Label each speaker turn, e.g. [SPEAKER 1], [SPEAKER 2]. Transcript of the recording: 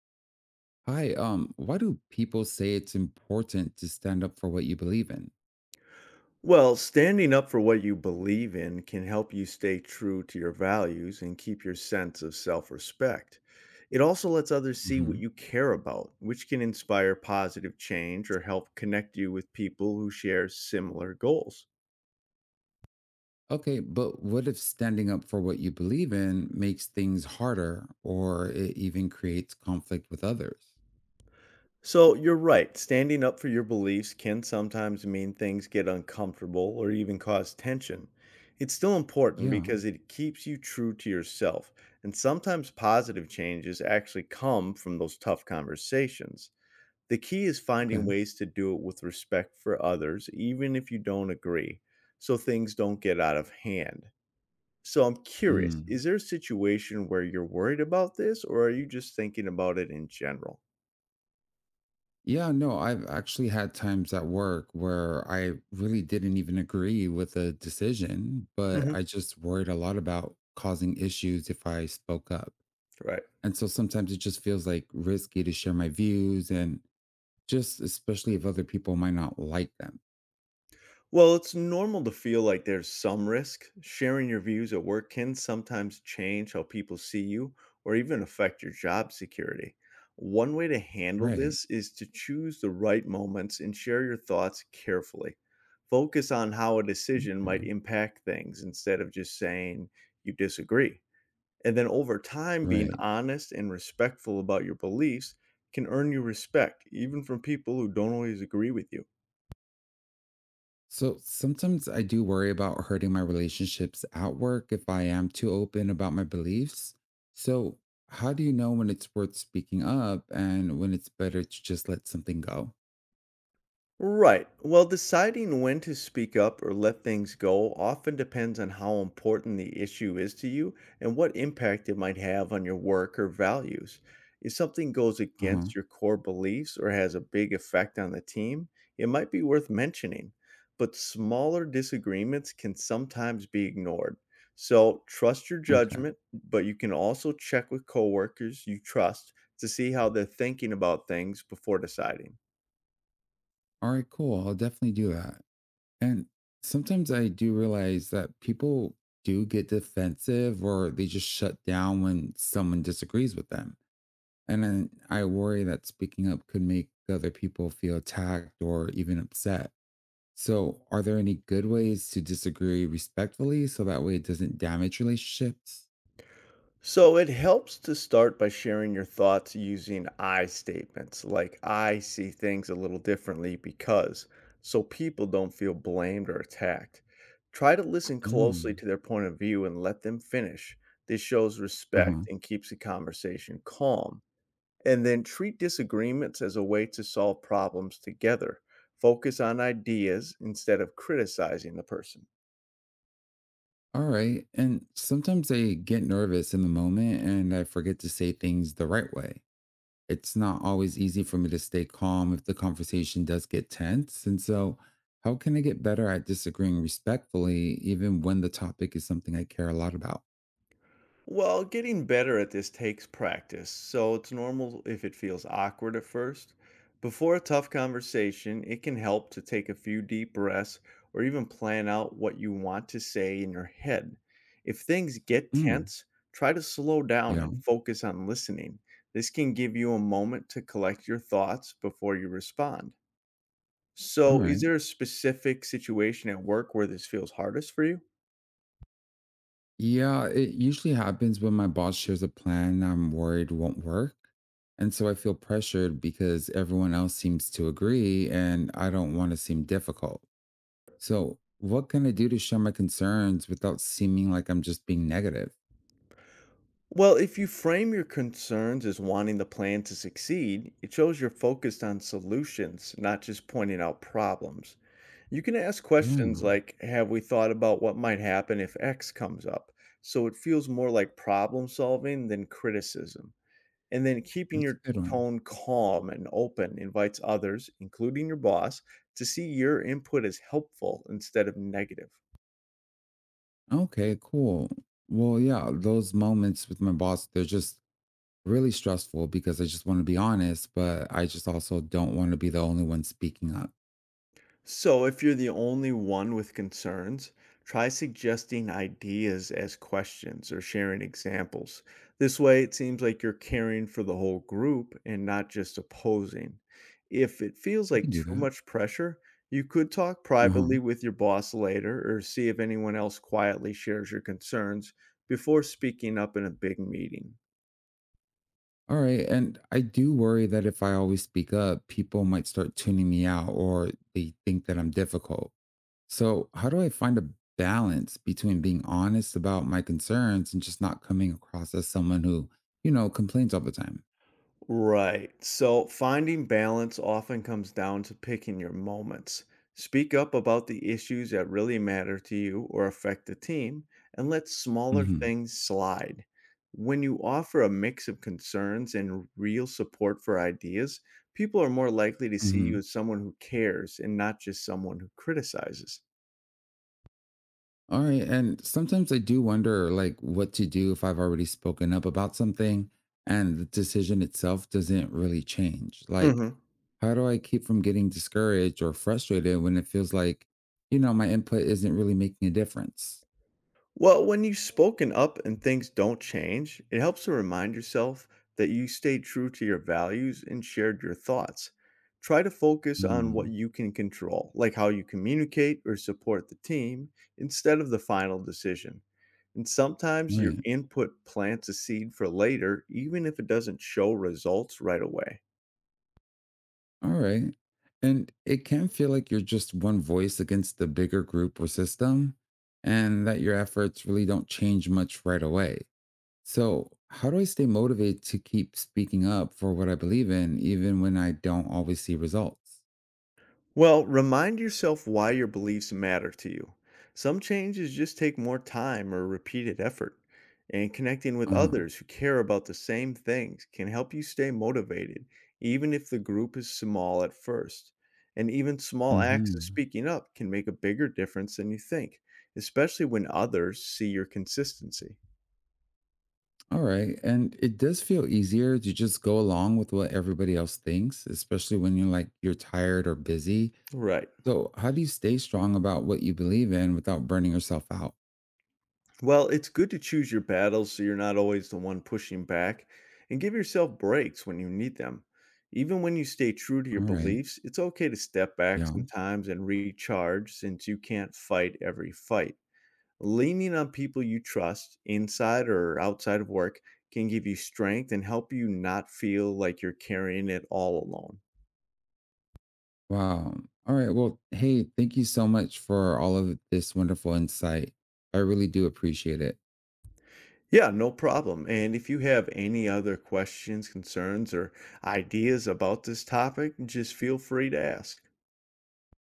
[SPEAKER 1] Hi, why do people say it's important to stand up for what you believe in?
[SPEAKER 2] Well, standing up for what you believe in can help you stay true to your values and keep your sense of self respect. It also lets others see what
[SPEAKER 1] Hmm.
[SPEAKER 2] you care about, which can inspire positive change or help connect you with people who share similar goals.
[SPEAKER 1] Okay, but what if standing up for what you believe in makes things harder or it even creates conflict with others?
[SPEAKER 2] So you're right. Standing up for your beliefs can sometimes mean things get uncomfortable or even cause tension. It's still important
[SPEAKER 1] Yeah,
[SPEAKER 2] because it keeps you true to yourself. And sometimes positive changes actually come from those tough conversations. The key is finding
[SPEAKER 1] okay.
[SPEAKER 2] ways to do it with respect for others, even if you don't agree, so things don't get out of hand. So I'm curious,
[SPEAKER 1] Mm.
[SPEAKER 2] is there a situation where you're worried about this, or are you just thinking about it in general?
[SPEAKER 1] Yeah, no, I've actually had times at work where I really didn't even agree with a decision, but
[SPEAKER 2] Hmm.
[SPEAKER 1] I just worried a lot about causing issues if I spoke up.
[SPEAKER 2] Right.
[SPEAKER 1] And so sometimes it just feels like risky to share my views. And just especially if other people might not like them.
[SPEAKER 2] Well, it's normal to feel like there's some risk. Sharing your views at work can sometimes change how people see you or even affect your job security. One way to handle
[SPEAKER 1] Right.
[SPEAKER 2] this is to choose the right moments and share your thoughts carefully. Focus on how a decision
[SPEAKER 1] Yeah.
[SPEAKER 2] might impact things instead of just saying you disagree. And then over time, being
[SPEAKER 1] Right.
[SPEAKER 2] honest and respectful about your beliefs can earn you respect, even from people who don't always agree with you.
[SPEAKER 1] So sometimes I do worry about hurting my relationships at work if I am too open about my beliefs. So, how do you know when it's worth speaking up and when it's better to just let something go?
[SPEAKER 2] Right. Well, deciding when to speak up or let things go often depends on how important the issue is to you and what impact it might have on your work or values. If something goes
[SPEAKER 1] Uh huh.
[SPEAKER 2] against your core beliefs or has a big effect on the team, it might be worth mentioning. But smaller disagreements can sometimes be ignored. So trust your
[SPEAKER 1] Okay.
[SPEAKER 2] judgment, but you can also check with coworkers you trust to see how they're thinking about things before deciding.
[SPEAKER 1] All right, cool. I'll definitely do that. And sometimes I do realize that people do get defensive or they just shut down when someone disagrees with them. And then I worry that speaking up could make other people feel attacked or even upset. So, are there any good ways to disagree respectfully so that way it doesn't damage relationships?
[SPEAKER 2] So it helps to start by sharing your thoughts using I statements, like "I see things a little differently because," so people don't feel blamed or attacked. Try to listen closely
[SPEAKER 1] Mm.
[SPEAKER 2] to their point of view and let them finish. This shows
[SPEAKER 1] Uh
[SPEAKER 2] respect
[SPEAKER 1] huh.
[SPEAKER 2] and keeps the conversation calm. And then treat disagreements as a way to solve problems together. Focus on ideas instead of criticizing the person.
[SPEAKER 1] All right. And sometimes I get nervous in the moment and I forget to say things the right way. It's not always easy for me to stay calm if the conversation does get tense. And so, how can I get better at disagreeing respectfully, even when the topic is something I care a lot about?
[SPEAKER 2] Well, getting better at this takes practice, so it's normal if it feels awkward at first. Before a tough conversation, it can help to take a few deep breaths or even plan out what you want to say in your head. If things get
[SPEAKER 1] Mm,
[SPEAKER 2] tense, try to slow down
[SPEAKER 1] yeah.
[SPEAKER 2] and focus on listening. This can give you a moment to collect your thoughts before you respond.
[SPEAKER 1] All
[SPEAKER 2] So, is
[SPEAKER 1] right.
[SPEAKER 2] there a specific situation at work where this feels hardest for you?
[SPEAKER 1] Yeah, it usually happens when my boss shares a plan I'm worried won't work. And so I feel pressured because everyone else seems to agree and I don't want to seem difficult. So, what can I do to share my concerns without seeming like I'm just being negative?
[SPEAKER 2] Well, if you frame your concerns as wanting the plan to succeed, it shows you're focused on solutions, not just pointing out problems. You can ask
[SPEAKER 1] Yeah,
[SPEAKER 2] questions like "Have we thought about what might happen if X comes up?" So it feels more like problem solving than criticism. And then keeping
[SPEAKER 1] that's a
[SPEAKER 2] your
[SPEAKER 1] good one.
[SPEAKER 2] tone calm and open invites others, including your boss, to see your input as helpful instead of negative.
[SPEAKER 1] Okay, cool. Well, yeah, those moments with my boss, they're just really stressful because I just want to be honest, but I just also don't want to be the only one speaking up.
[SPEAKER 2] So, if you're the only one with concerns, try suggesting ideas as questions or sharing examples. This way, it seems like you're caring for the whole group and not just opposing. If it feels
[SPEAKER 1] I
[SPEAKER 2] like
[SPEAKER 1] can do
[SPEAKER 2] too
[SPEAKER 1] that.
[SPEAKER 2] much pressure, you could talk
[SPEAKER 1] Uh huh.
[SPEAKER 2] privately with your boss later or see if anyone else quietly shares your concerns before speaking up in a big meeting.
[SPEAKER 1] All right. And I do worry that if I always speak up, people might start tuning me out or they think that I'm difficult. So, how do I find a balance between being honest about my concerns and just not coming across as someone who, complains all the time?
[SPEAKER 2] Right. So finding balance often comes down to picking your moments. Speak up about the issues that really matter to you or affect the team and let smaller
[SPEAKER 1] Hmm.
[SPEAKER 2] things slide. When you offer a mix of concerns and real support for ideas, people are more likely to see you
[SPEAKER 1] Hmm.
[SPEAKER 2] as someone who cares and not just someone who criticizes.
[SPEAKER 1] All right. And sometimes I do wonder, like, what to do if I've already spoken up about something and the decision itself doesn't really change. Like,
[SPEAKER 2] Mhm.
[SPEAKER 1] how do I keep from getting discouraged or frustrated when it feels like, my input isn't really making a difference?
[SPEAKER 2] Well, when you've spoken up and things don't change, it helps to remind yourself that you stayed true to your values and shared your thoughts. Try to focus on what
[SPEAKER 1] Mm,
[SPEAKER 2] you can control, like how you communicate or support the team, instead of the final decision. And sometimes your
[SPEAKER 1] right.
[SPEAKER 2] input plants a seed for later, even if it doesn't show results right away.
[SPEAKER 1] All right. And it can feel like you're just one voice against the bigger group or system, and that your efforts really don't change much right away. So, how do I stay motivated to keep speaking up for what I believe in, even when I don't always see results?
[SPEAKER 2] Well, remind yourself why your beliefs matter to you. Some changes just take more time or repeated effort, and connecting with
[SPEAKER 1] Uh huh.
[SPEAKER 2] others who care about the same things can help you stay motivated, even if the group is small at first. And even small
[SPEAKER 1] Mm
[SPEAKER 2] acts
[SPEAKER 1] hmm.
[SPEAKER 2] of speaking up can make a bigger difference than you think, especially when others see your consistency.
[SPEAKER 1] All right. And it does feel easier to just go along with what everybody else thinks, especially when you're like you're tired or busy.
[SPEAKER 2] Right.
[SPEAKER 1] So, how do you stay strong about what you believe in without burning yourself out?
[SPEAKER 2] Well, it's good to choose your battles so you're not always the one pushing back and give yourself breaks when you need them. Even when you stay true to your
[SPEAKER 1] All right.
[SPEAKER 2] beliefs, it's okay to step back
[SPEAKER 1] Yeah.
[SPEAKER 2] sometimes and recharge since you can't fight every fight. Leaning on people you trust, inside or outside of work, can give you strength and help you not feel like you're carrying it all alone.
[SPEAKER 1] Wow. All right. Well, hey, thank you so much for all of this wonderful insight. I really do appreciate it.
[SPEAKER 2] Yeah, no problem. And if you have any other questions, concerns, or ideas about this topic, just feel free to ask.